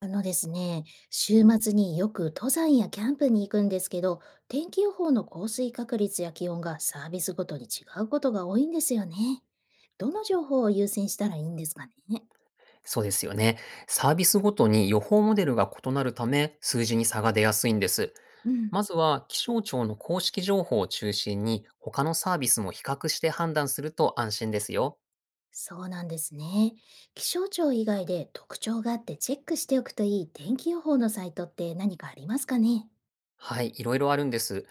あのですね、週末によく登山やキャンプに行くんですけど、天気予報の降水確率や気温がサービスごとに違うことが多いんですよね。どの情報を優先したらいいんですかね。そうですよね。サービスごとに予報モデルが異なるため、数字に差が出やすいんです。うん、まずは気象庁の公式情報を中心に、他のサービスも比較して判断すると安心ですよ。そうなんですね。気象庁以外で特徴があってチェックしておくといい天気予報のサイトって何かありますかね。はい、いろいろあるんです。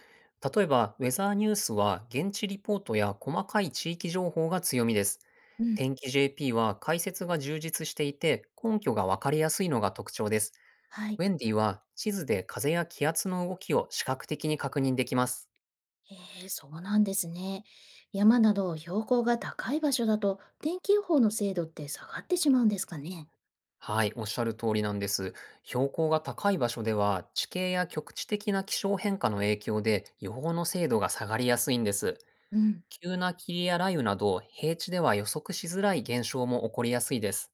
例えば、ウェザーニュースは現地リポートや細かい地域情報が強みです。うん、天気 JP は解説が充実していて、根拠がわかりやすいのが特徴です。はい。ウェンディは地図で風や気圧の動きを視覚的に確認できます。えそうなんですね。山など標高が高い場所だと天気予報の精度って下がってしまうんですかね。はい、おっしゃる通りなんです。標高が高い場所では、地形や局地的な気象変化の影響で予報の精度が下がりやすいんです。うん。急な霧や雷雨など、平地では予測しづらい現象も起こりやすいです。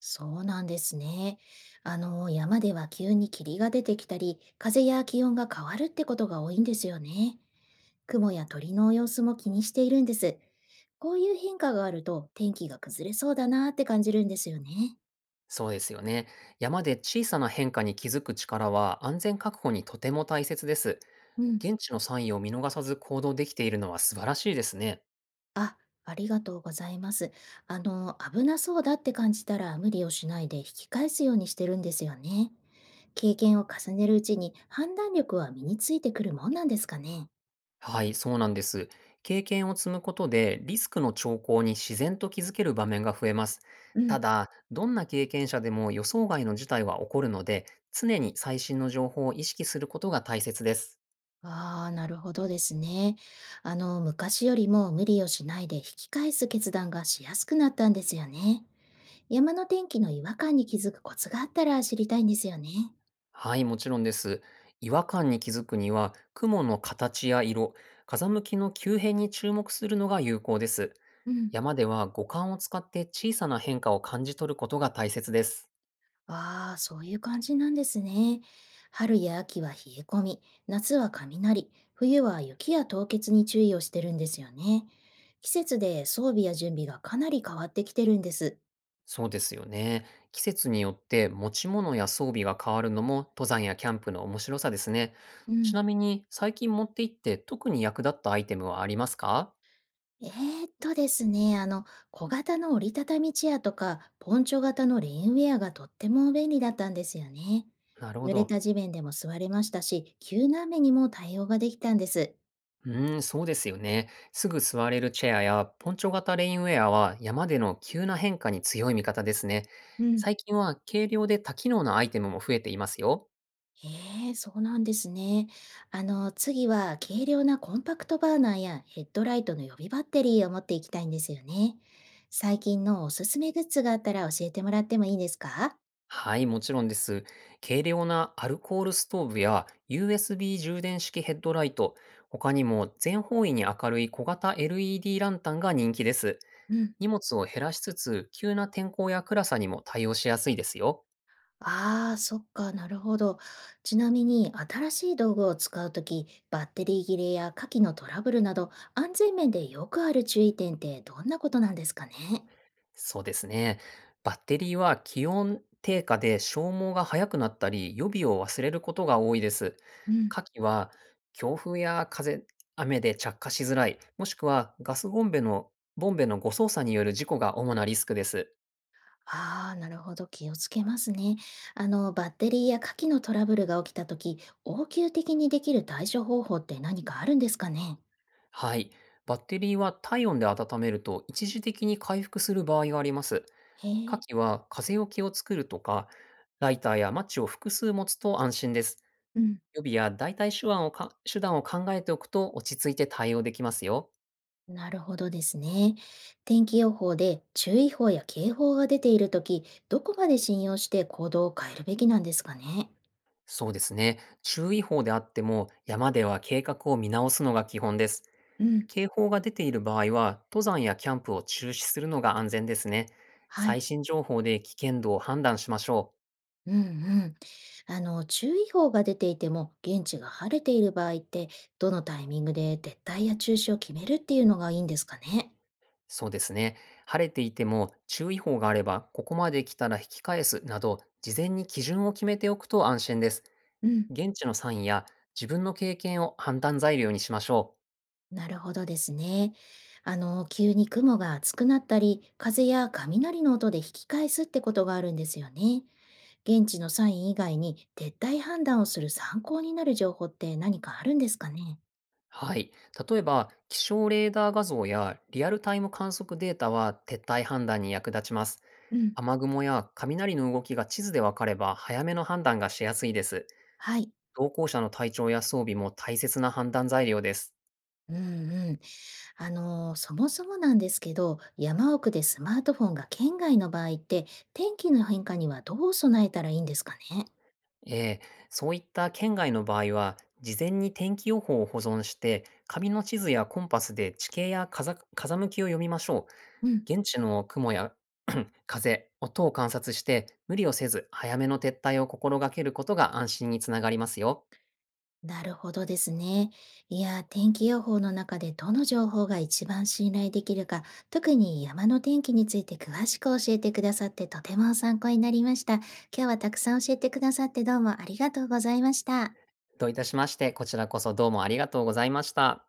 そうなんですね。あの、山では急に霧が出てきたり、風や気温が変わるってことが多いんですよね。雲や鳥の様子も気にしているんです。こういう変化があると天気が崩れそうだなって感じるんですよね。そうですよね。山で小さな変化に気づく力は安全確保にとても大切です。うん。現地のサインを見逃さず行動できているのは素晴らしいですね。あ、ありがとうございます。あの、危なそうだって感じたら無理をしないで引き返すようにしてるんですよね。経験を重ねるうちに判断力は身についてくるもんなんですかね。はい、そうなんです。経験を積むことでリスクの兆候に自然と気づける場面が増えます。うたん。だ、どんな経験者でも予想外の事態は起こるので、常に最新の情報を意識することが大切です。ああ、なるほどですね。あの、昔よりも無理をしないで引き返す決断がしやすくなったんですよね。山の天気の違和感に気づくコツがあったら知りたいんですよね。はい、もちろんです。違和感に気づくには、雲の形や色、風向きの急変に注目するのが有効です。うん。山では五感を使って小さな変化を感じ取ることが大切です。ああ、そういう感じなんですね。春や秋は冷え込み、夏は雷、冬は雪や凍結に注意をしてるんですよね。季節で装備や準備がかなり変わってきてるんです。そうですよね。季節によって持ち物や装備が変わるのも登山やキャンプの面白さですね。うちなん。みに、最近持って行って特に役立ったアイテムはありますか？ですね、あの、小型の折りたたみチェアとか、ポンチョ型のレインウェアがとっても便利だったんですよね。なるほ濡れど。た地面でも座れましたし、急な雨にも対応ができたんです。うーん、そうですよね。すぐ座れるチェアやポンチョ型レインウェアは山での急な変化に強い味方ですね。うん。最近は軽量で多機能なアイテムも増えていますよ。ええ、そうなんですね。あの、次は軽量なコンパクトバーナーやヘッドライトの予備バッテリーを持っていきたいんですよね。最近のおすすめグッズがあったら教えてもらってもいいですか？はい、もちろんです。軽量なアルコールストーブや USB 充電式ヘッドライト、他にも全方位に明るい小型 LED ランタンが人気です。うん。荷物を減らしつつ、急な天候や暗さにも対応しやすいですよ。ああ、そっか、なるほど。ちなみに、新しい道具を使うとき、バッテリー切れや火器のトラブルなど、安全面でよくある注意点ってどんなことなんですかね？そうですね。バッテリーは気温低下で消耗が早くなったり、予備を忘れることが多いです。うん、火器は強風や風、雨で着火しづらい、もしくはガスボンベの誤操作による事故が主なリスクです。ああ、なるほど。気をつけますね。あの、バッテリーや火器のトラブルが起きたとき、応急的にできる対処方法って何かあるんですかね？はい。バッテリーは体温で温めると一時的に回復する場合があります。へ火え。器は風よけを作るとか、ライターやマッチを複数持つと安心です。うん、予備や代替手段を考えておくと落ち着いて対応できますよ。なるほどですね。天気予報で注意報や警報が出ているとき、どこまで信用して行動を変えるべきなんですかね。そうですね。注意報であっても、山では計画を見直すのが基本です。うん、警報が出ている場合は登山やキャンプを中止するのが安全ですね。は最い。新情報で危険度を判断しましょう。うんうん。あの、注意報が出ていても、現地が晴れている場合って、どのタイミングで撤退や中止を決めるっていうのがいいんですかね。そうですね。晴れていても注意報があれば、ここまで来たら引き返すなど、事前に基準を決めておくと安心です。現地のサインや自分の経験を判断材料にしましょう。なるほどですね。あの、急に雲が厚くなったり、風や雷の音で引き返すってことがあるんですよね。現地のサイン以外に撤退判断をする参考になる情報って何かあるんですかね？はい。例えば、気象レーダー画像やリアルタイム観測データは撤退判断に役立ちます。うん、雨雲や雷の動きが地図で分かれば早めの判断がしやすいです。はい。同行者の体調や装備も大切な判断材料です。うんうん。あの、そもそもなんですけど、山奥でスマートフォンが県外の場合って、天気の変化にはどう備えたらいいんですかね？ええ、そういった県外の場合は、事前に天気予報を保存して、紙の地図やコンパスで地形や風風向きを読みましょうん。う。現地の雲や 風、音を観察して、無理をせず早めの撤退を心がけることが安心につながりますよ。なるほどですね。いや、天気予報の中でどの情報が一番信頼できるか、特に山の天気について詳しく教えてくださってとても参考になりました。今日はたくさん教えてくださってどうもありがとうございました。どういたしまして、こちらこそどうもありがとうございました。